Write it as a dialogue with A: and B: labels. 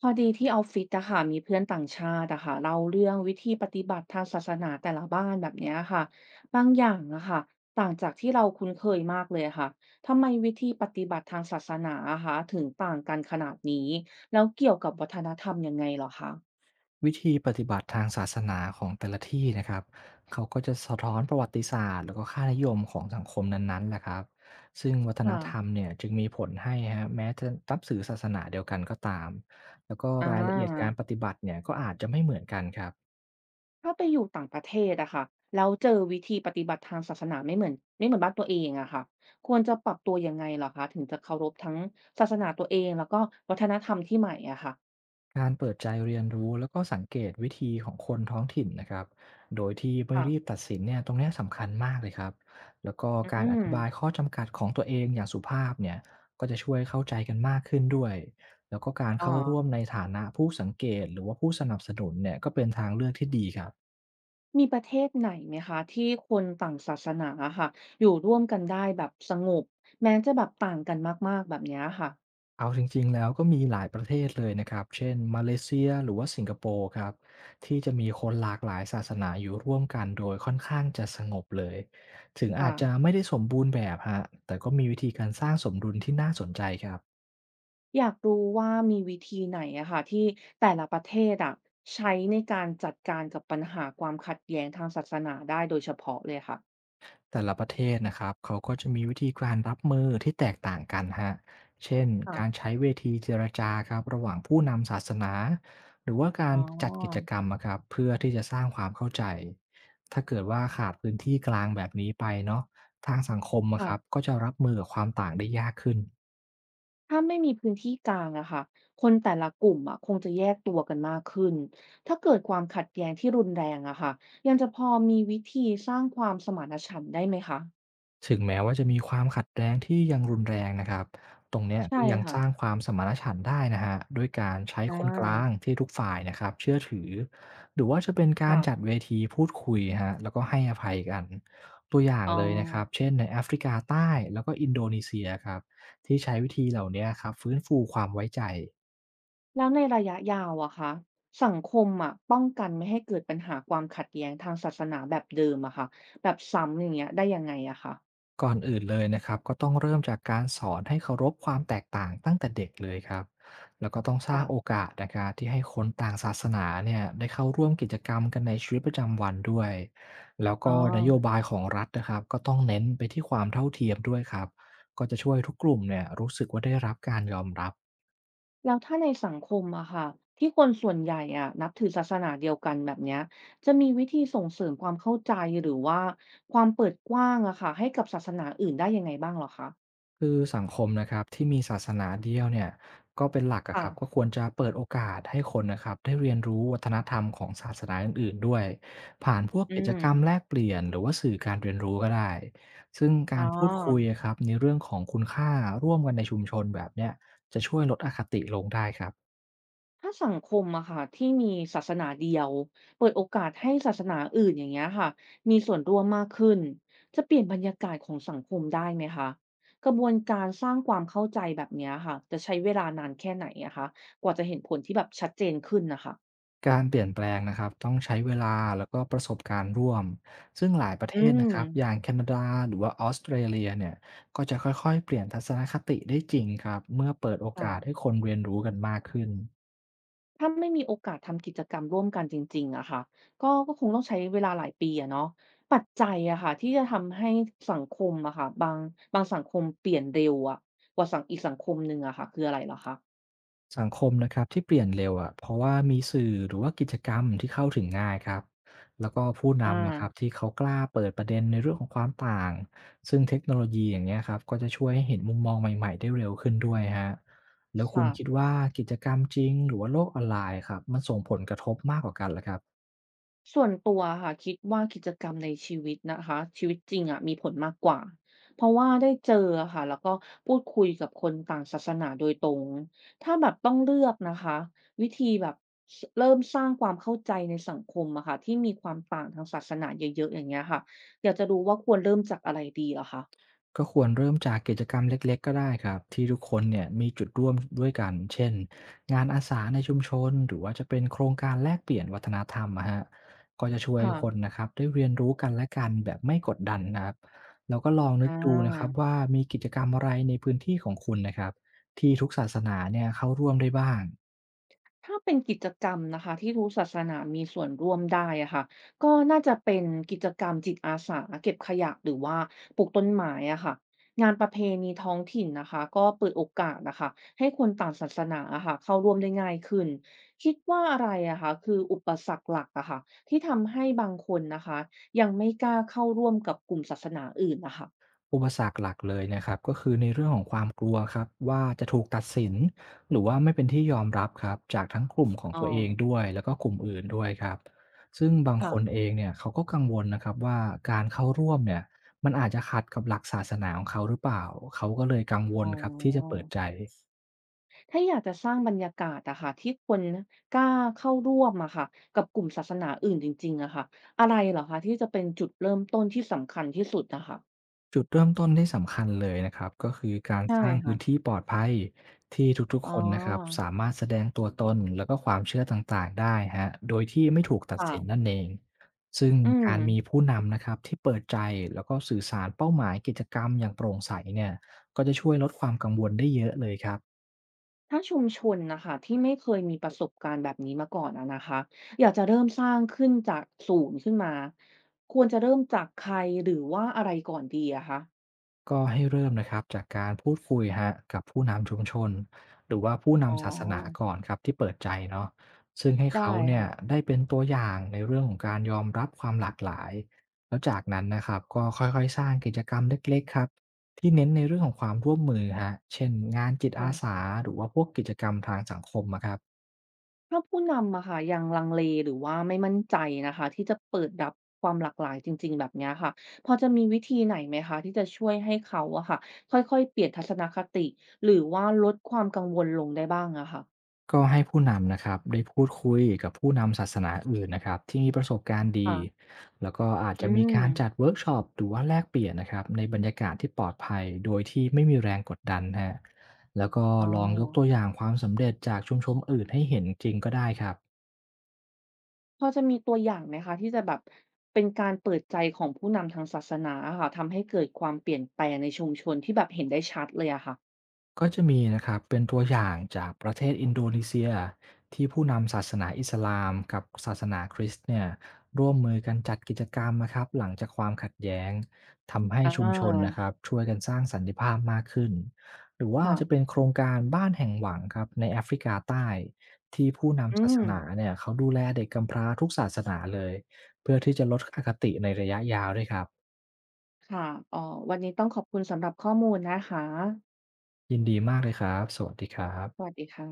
A: พอดีที่ออฟฟิศอะค่ะมีเพื่อนต่างชาติอะค่ะเล่าเรื่องวิธีปฏิบัติทางศาสนาแต่ละบ้านแบบเนี้ยค่ะบางอย่างอะค่ะต่างจากที่เราคุ้นเคยมากเลยค่ะทำไมวิธีปฏิบัติทางศาสนาอะคะถึงต่างกันขนาดนี้แล้วเกี่ยวกับวัฒนธรรมยังไงเหรอคะ
B: วิธีปฏิบัติทางศาสนาของแต่ละที่นะครับเขาก็จะสะท้อนประวัติศาสตร์แล้วก็ค่านิยมของสังคมนั้นๆแหละครับซึ่งวัฒนธรรม
A: ค่ะ
B: เนี่ยจึงมีผลให้ฮะแม้จะนับถือศาสนาเดียวกันก็ตามแล้วก็
A: อ่
B: รายละเอียดการ
A: า
B: ปฏิบัติเนี่ยก็อาจจะไม่เหมือนกันครับ
A: ถ้าไปอยู่ต่างประเทศอะค่ะแล้วเจอวิธีปฏิบัติทางศาสนาไม่เหมือนบ้านตัวเองอะค่ะควรจะปรับตัวยังไงเหรอคะถึงจะเคารพทั้งศาสนาตัวเองแล้วก็วัฒนธรรมที่ใหม่อะค่ะ
B: การเปิดใจเรียนรู้แล้วก็สังเกตวิธีของคนท้องถิ่นนะครับโดยที่ไม่รีบตัดสินเนี่ยตรงเนี้ยสำคัญมากเลยครับแล้วก็การ
A: อื
B: อ
A: ม
B: ธิบายข้อจำกัดของตัวเองอย่างสุภาพเนี่ยก็จะช่วยเข้าใจกันมากขึ้นด้วยแล้วก็การ
A: อ่า
B: เข้าร่วมในฐานะผู้สังเกตหรือว่าผู้สนับสนุนเนี่ยก็เป็นทางเลือกที่ดีครับ
A: มีประเทศไหนไหมคะที่คนต่างศาสนาอะค่ะอยู่ร่วมกันได้แบบสงบแม้จะแบบต่างกันมากๆแบบเนี้ยค่ะ
B: เอาจริงๆแล้วก็มีหลายประเทศเลยนะครับเช่นมาเลเซียหรือว่าสิงคโปร์ครับที่จะมีคนหลากหลายศาสนาอยู่ร่วมกันโดยค่อนข้างจะสงบเลยถึงอาจจะ
A: ค่ะ
B: ไม่ได้สมบูรณ์แบบฮะแต่ก็มีวิธีการสร้างสมดุลที่น่าสนใจครับ
A: อยากรู้ว่ามีวิธีไหนอะค่ะที่แต่ละประเทศอะใช้ในการจัดการกับปัญหาความขัดแย้งทางศาสนาได้โดยเฉพาะเลยค่ะ
B: แต่ละประเทศนะครับเขาก็จะมีวิธีการรับมือที่แตกต่างกันฮะเช่นการ
A: ค่ะ
B: ใช้เวทีเจรจาครับระหว่างผู้นำศาสนาหรือว่ากา
A: อ๋
B: ร
A: อ
B: จัดกิจกรรมอะครับเพื่อที่จะสร้างความเข้าใจถ้าเกิดว่าขาดพื้นที่กลางแบบนี้ไปเนาะทางสังคมอะ
A: ค่ะ
B: ครับก็จะรับมือกับความต่างได้ยากขึ้น
A: ถ้าไม่มีพื้นที่กลางอะค่ะคนแต่ละกลุ่มอะคงจะแยกตัวกันมากขึ้น ถ้าเกิดความขัดแย้งที่รุนแรงอะค่ะยังจะพอมีวิธีสร้างความสมานฉันท์ได้ไหมคะ
B: ถึงแม้ว่าจะมีความขัดแย้งที่ยังรุนแรงนะครับตรงเนี้ย
A: ใช่
B: ก็ยัง
A: ค่ะ
B: สร้างความสมานฉันท์ได้นะฮะ โด้วยการใช้
A: อ่
B: คนกลาง
A: า
B: ที่ทุกฝ่ายนะครับเชื่อถือ หรือว่าจะเป็นการ
A: ค่ะ
B: จัดเวทีพูดคุยฮะแล้วก็ให้อภัยกันตัวอย่าง
A: อ๋อ
B: เลยนะครับเช่นในแอฟริกาใต้แล้วก็อินโดนีเซียครับที่ใช้วิธีเหล่านี้ครับฟื้นฟูความไว้ใจ
A: แล้วในระยะยาวอะคะสังคมอะป้องกันไม่ให้เกิดปัญหาความขัดแย้งทางศาสนาแบบเดิมอะค่ะแบบซ้ำอย่างเงี้ยได้ยังไงอะคะ
B: ก่อนอื่นเลยนะครับก็ต้องเริ่มจากการสอนให้เคารพความแตกต่างตั้งแต่เด็กเลยครับแล้วก็ต้องสร้างโอ
A: ค่ะ
B: กาสนะครับที่ให้คนต่างศาสนาเนี่ยได้เข้าร่วมกิจกรรมกันในชีวิตประจำวันด้วยแล้ว
A: อ๋
B: ก็นโย
A: อ
B: บายของรัฐนะครับก็ต้องเน้นไปที่ความเท่าเทียมด้วยครับก็จะช่วยทุกกลุ่มเนี่ยรู้สึกว่าได้รับการยอมรับ
A: แล้วถ้าในสังคมอะค่ะที่คนส่วนใหญ่อะนับถือศาสนาเดียวกันแบบเนี้ยจะมีวิธีส่งเสริมความเข้าใจหรือว่าความเปิดกว้างอะค่ะให้กับศาสนาอื่นได้ยังไงบ้างเหรอคะ
B: คือสังคมนะครับที่มีศาสนาเดียวเนี่ยก็เป็นหลักอะค
A: ค่ะ
B: รับก็ควรจะเปิดโอกาสให้คนนะครับได้เรียนรู้วัฒนธรรมของศาสนาอื่นๆด้วยผ่านพวก
A: อื
B: กิจ
A: ม
B: กรรมแลกเปลี่ยนหรือว่าสื่อการเรียนรู้ก็ได้ซึ่ง
A: อ๋
B: การพูดคุย
A: อ
B: อะครับในเรื่องของคุณค่าร่วมกันในชุมชนแบบเนี้ยจะช่วยลดอคติลงได้ครับ
A: ถ้าสังคมอะค่ะที่มีศาสนาเดียวเปิดโอกาสให้ศาสนาอื่นอย่างเงี้ยค่ะมีส่วนร่วมมากขึ้นจะเปลี่ยนบรรยากาศของสังคมได้ไหมคะกระบวนการสร้างความเข้าใจแบบเนี้ยค่ะจะใช้เวลานานแค่ไหนอะคะกว่าจะเห็นผลที่แบบชัดเจนขึ้นนะคะ
B: การเปลี่ยนแปลงนะครับต้องใช้เวลาแล้วก็ประสบการณ์ร่วมซึ่งหลายประเท
A: อื
B: ศนะ
A: ม
B: ครับอย่างแคนาดาหรือว่าออสเตรเลียเนี่ยก็จะค่อยๆเปลี่ยนทัศนคติได้จริงครับเมื่อเปิดโอ
A: ค่ะ
B: กาสให้คนเรียนรู้กันมากขึ้น
A: ถ้าไม่มีโอกาสทำกิจกรรมร่วมกันจริงๆอะค่ะก็คงต้องใช้เวลาหลายปีอะเนาะปัจจัยอะค่ะที่จะทำให้สังคมอะค่ะบางสังคมเปลี่ยนเร็วอะกว่าสังอีกสังคมหนึ่งอะค่ะคืออะไรเหรอคะ
B: สังคมนะครับที่เปลี่ยนเร็วอะเพราะว่ามีสื่อหรือว่ากิจกรรมที่เข้าถึงง่ายครับแล้วก็ผู้
A: อ
B: นำนะครับ
A: า
B: ที่เขากล้าเปิดประเด็นในเรื่องของความต่างซึ่งเทคโนโลยีอย่างเงี้ยครับก็จะช่วยให้เห็นมุมมองใหม่ๆได้เร็วขึ้นด้วยฮะแล้วคุ
A: ค่ะ
B: ณคิดว่ากิจกรรมจริงหรือว่าโลกออนไลน์ครับมันส่งผลกระทบมากกว่ากันเหรอครับ
A: ส่วนตัวอะค่ะคิดว่ากิจกรรมในชีวิตนะคะชีวิตจริงอะมีผลมากกว่าเพราะว่าได้เจออะค่ะแล้วก็พูดคุยกับคนต่างศาสนาโดยตรงถ้าแบบต้องเลือกนะคะวิธีแบบสเริ่มสร้างความเข้าใจในสังคมอะค่ะที่มีความต่างทางศาสนาเยอะๆอย่างเงี้ยค่ะอยากจะรู้ว่าควรเริ่มจากอะไรดีเหรอคะ
B: ก็ควรเริ่มจากกิจกรรมเล็กๆก็ได้ครับที่ทุกคนเนี่ยมีจุดร่วมด้วยกันเช่นงานอาสาในชุมชนหรือว่าจะเป็นโครงการแลกเปลี่ยนวัฒนธรรมอะฮะก็จะช่วย
A: ค่ะ
B: คนนะครับได้เรียนรู้กันและกันแบบไม่กดดันนะครับแล้วก็ลองนึก
A: อา
B: ดูนะครับว่ามีกิจกรรมอะไรในพื้นที่ของคุณนะครับที่ทุกศาสนาเนี่ยเข้าร่วมได้บ้าง
A: ถ้าเป็นกิจกรรมนะคะที่ทุกศาสนามีส่วนร่วมได้อะค่ะก็น่าจะเป็นกิจกรรมจิตอาสาเก็บขยะหรือว่าปลูกต้นไม้อะค่ะงานประเพณีท้องถิ่นนะคะก็เปิดโอกาสนะคะให้คนต่างศาสนาอะค่ะเข้าร่วมได้ง่ายขึ้นคิดว่าอะไรอะคะคืออุปสรรคหลักอะค่ะที่ทำให้บางคนนะคะยังไม่กล้าเข้าร่วมกับกลุ่มศาสนาอื่นนะคะ
B: อุปสรรคหลักเลยนะครับก็คือในเรื่องของความกลัวครับว่าจะถูกตัดสินหรือว่าไม่เป็นที่ยอมรับครับจากทั้งกลุ่มของ
A: อ๋อ
B: ตัวเองด้วยแล้วก็กลุ่มอื่นด้วยครับซึ่งบางคน
A: ค่ะ
B: เองเนี่ยเขาก็กังวลนะครับว่าการเข้าร่วมเนี่ยมันอาจจะขัดกับหลักศาสนาของเขาหรือเปล่าเขาก็เลยกังว
A: อ๋อ
B: ลครับที่จะเปิดใจ
A: ถ้าอยากจะสร้างบรรยากาศอะค่ะที่คนกล้าเข้าร่วมอะค่ะกับกลุ่มศาสนาอื่นจริงๆอะค่ะอะไรเหรอคะที่จะเป็นจุดเริ่มต้นที่สำคัญที่สุดอะค่ะ
B: จุดเริ่มต้นที่สำคัญเลยนะครับก็คือการ
A: ใช่
B: สร้าง
A: ค่ะ
B: พื้นที่ปลอดภัยที่ทุก
A: อ๋อ
B: ๆคนนะครับสามารถแสดงตัวตนแล้วก็ความเชื่อต่างๆได้ฮะโดยที่ไม่ถูกตัดสิน
A: ค่ะ
B: นั่นเองซึ่ง
A: อืม
B: การมีผู้นำนะครับที่เปิดใจแล้วก็สื่อสารเป้าหมายกิจกรรมอย่างโปร่งใสเนี่ยก็จะช่วยลดความกังวลได้เยอะเลยครับ
A: ถ้าชุมชนน่ะค่ะที่ไม่เคยมีประสบการณ์แบบนี้มาก่อนอะนะคะอยากจะเริ่มสร้างขึ้นจากศูนย์ขึ้นมาควรจะเริ่มจากใครหรือว่าอะไรก่อนดีอะคะ
B: ก็ให้เริ่มนะครับจากการพูดคุยฮะกับผู้นำชุมชนหรือว่าผู้
A: อ๋อ
B: นำศาสนาก่อนครับที่เปิดใจเนาะซึ่งให้
A: ได้
B: เขาเนี่ย
A: ค่ะ
B: ได้เป็นตัวอย่างในเรื่องของการยอมรับความหลากหลายแล้วจากนั้นนะครับก็ค่อยๆสร้างกิจกรรมเล็กๆครับที่เน้นในเรื่องของความร่วมมือฮะเช่นงานจิตอา
A: ค่ะ
B: สาหรือว่าพวกกิจกรรมทางสังคมอะครับ
A: ถ้าผู้นำอะค่ะยังลังเลหรือว่าไม่มั่นใจนะคะที่จะเปิดรับความหลากหลายจริงๆแบบเนี้ยค่ะพอจะมีวิธีไหนไหมคะที่จะช่วยให้เขาอะค่ะค่อยๆเปลี่ยนทัศนคติหรือว่าลดความกังวลลงได้บ้างอะค่ะ
B: ก็ให้ผู้นำนะครับได้พูดคุยกับผู้นำศาสนาอื่นนะครับที่มีประสบการณ์ดี
A: ค่ะ
B: แล้วก็อาจ
A: อื
B: จะมี
A: ม
B: การจัดเวิร์กช็อปหรือว่าแลกเปลี่ยนนะครับในบรรยากาศที่ปลอดภัยโดยที่ไม่มีแรงกดดันฮะแล้วก็
A: อ๋อ
B: ลองยกตัวอย่างความสำเร็จจากชุมชนอื่นให้เห็นจริงก็ได้ครับ
A: พอจะมีตัวอย่างไหมคะที่จะแบบเป็นการเปิดใจของผู้นำทางศาสนาอะค่ะทำให้เกิดความเปลี่ยนแปลงในชุมชนที่แบบเห็นได้ชัดเลยอะค่ะ
B: ก็จะมีนะครับเป็นตัวอย่างจากประเทศอินโดนีเซียที่ผู้นำศาสนาอิสลามกับศาสนาคริสต์เนี่ยร่วมมือกันจัดกิจกรรมนะครับหลังจากความขัดแย้งทำให้
A: อ
B: ชุมชนนะ
A: า
B: ครับช่วยกันสร้างสันติภาพมากขึ้นหรือว่า
A: ค่ะ
B: จะเป็นโครงการบ้านแห่งหวังครับในแอฟริกาใต้ที่ผู้
A: อื
B: นำศาส
A: ม
B: นาเนี่ยเขาดูแลเด็กกำพร้าทุกศาสนาเลยเพื่อที่จะลดอคติในระยะยาวด้วยครับ
A: ค่ะอ๋อวันนี้ต้องขอบคุณสำหรับข้อมูลนะคะ
B: ยินดีมากเลยครับสวัสดีครั
A: ส
B: บ
A: วัสดีค่ะ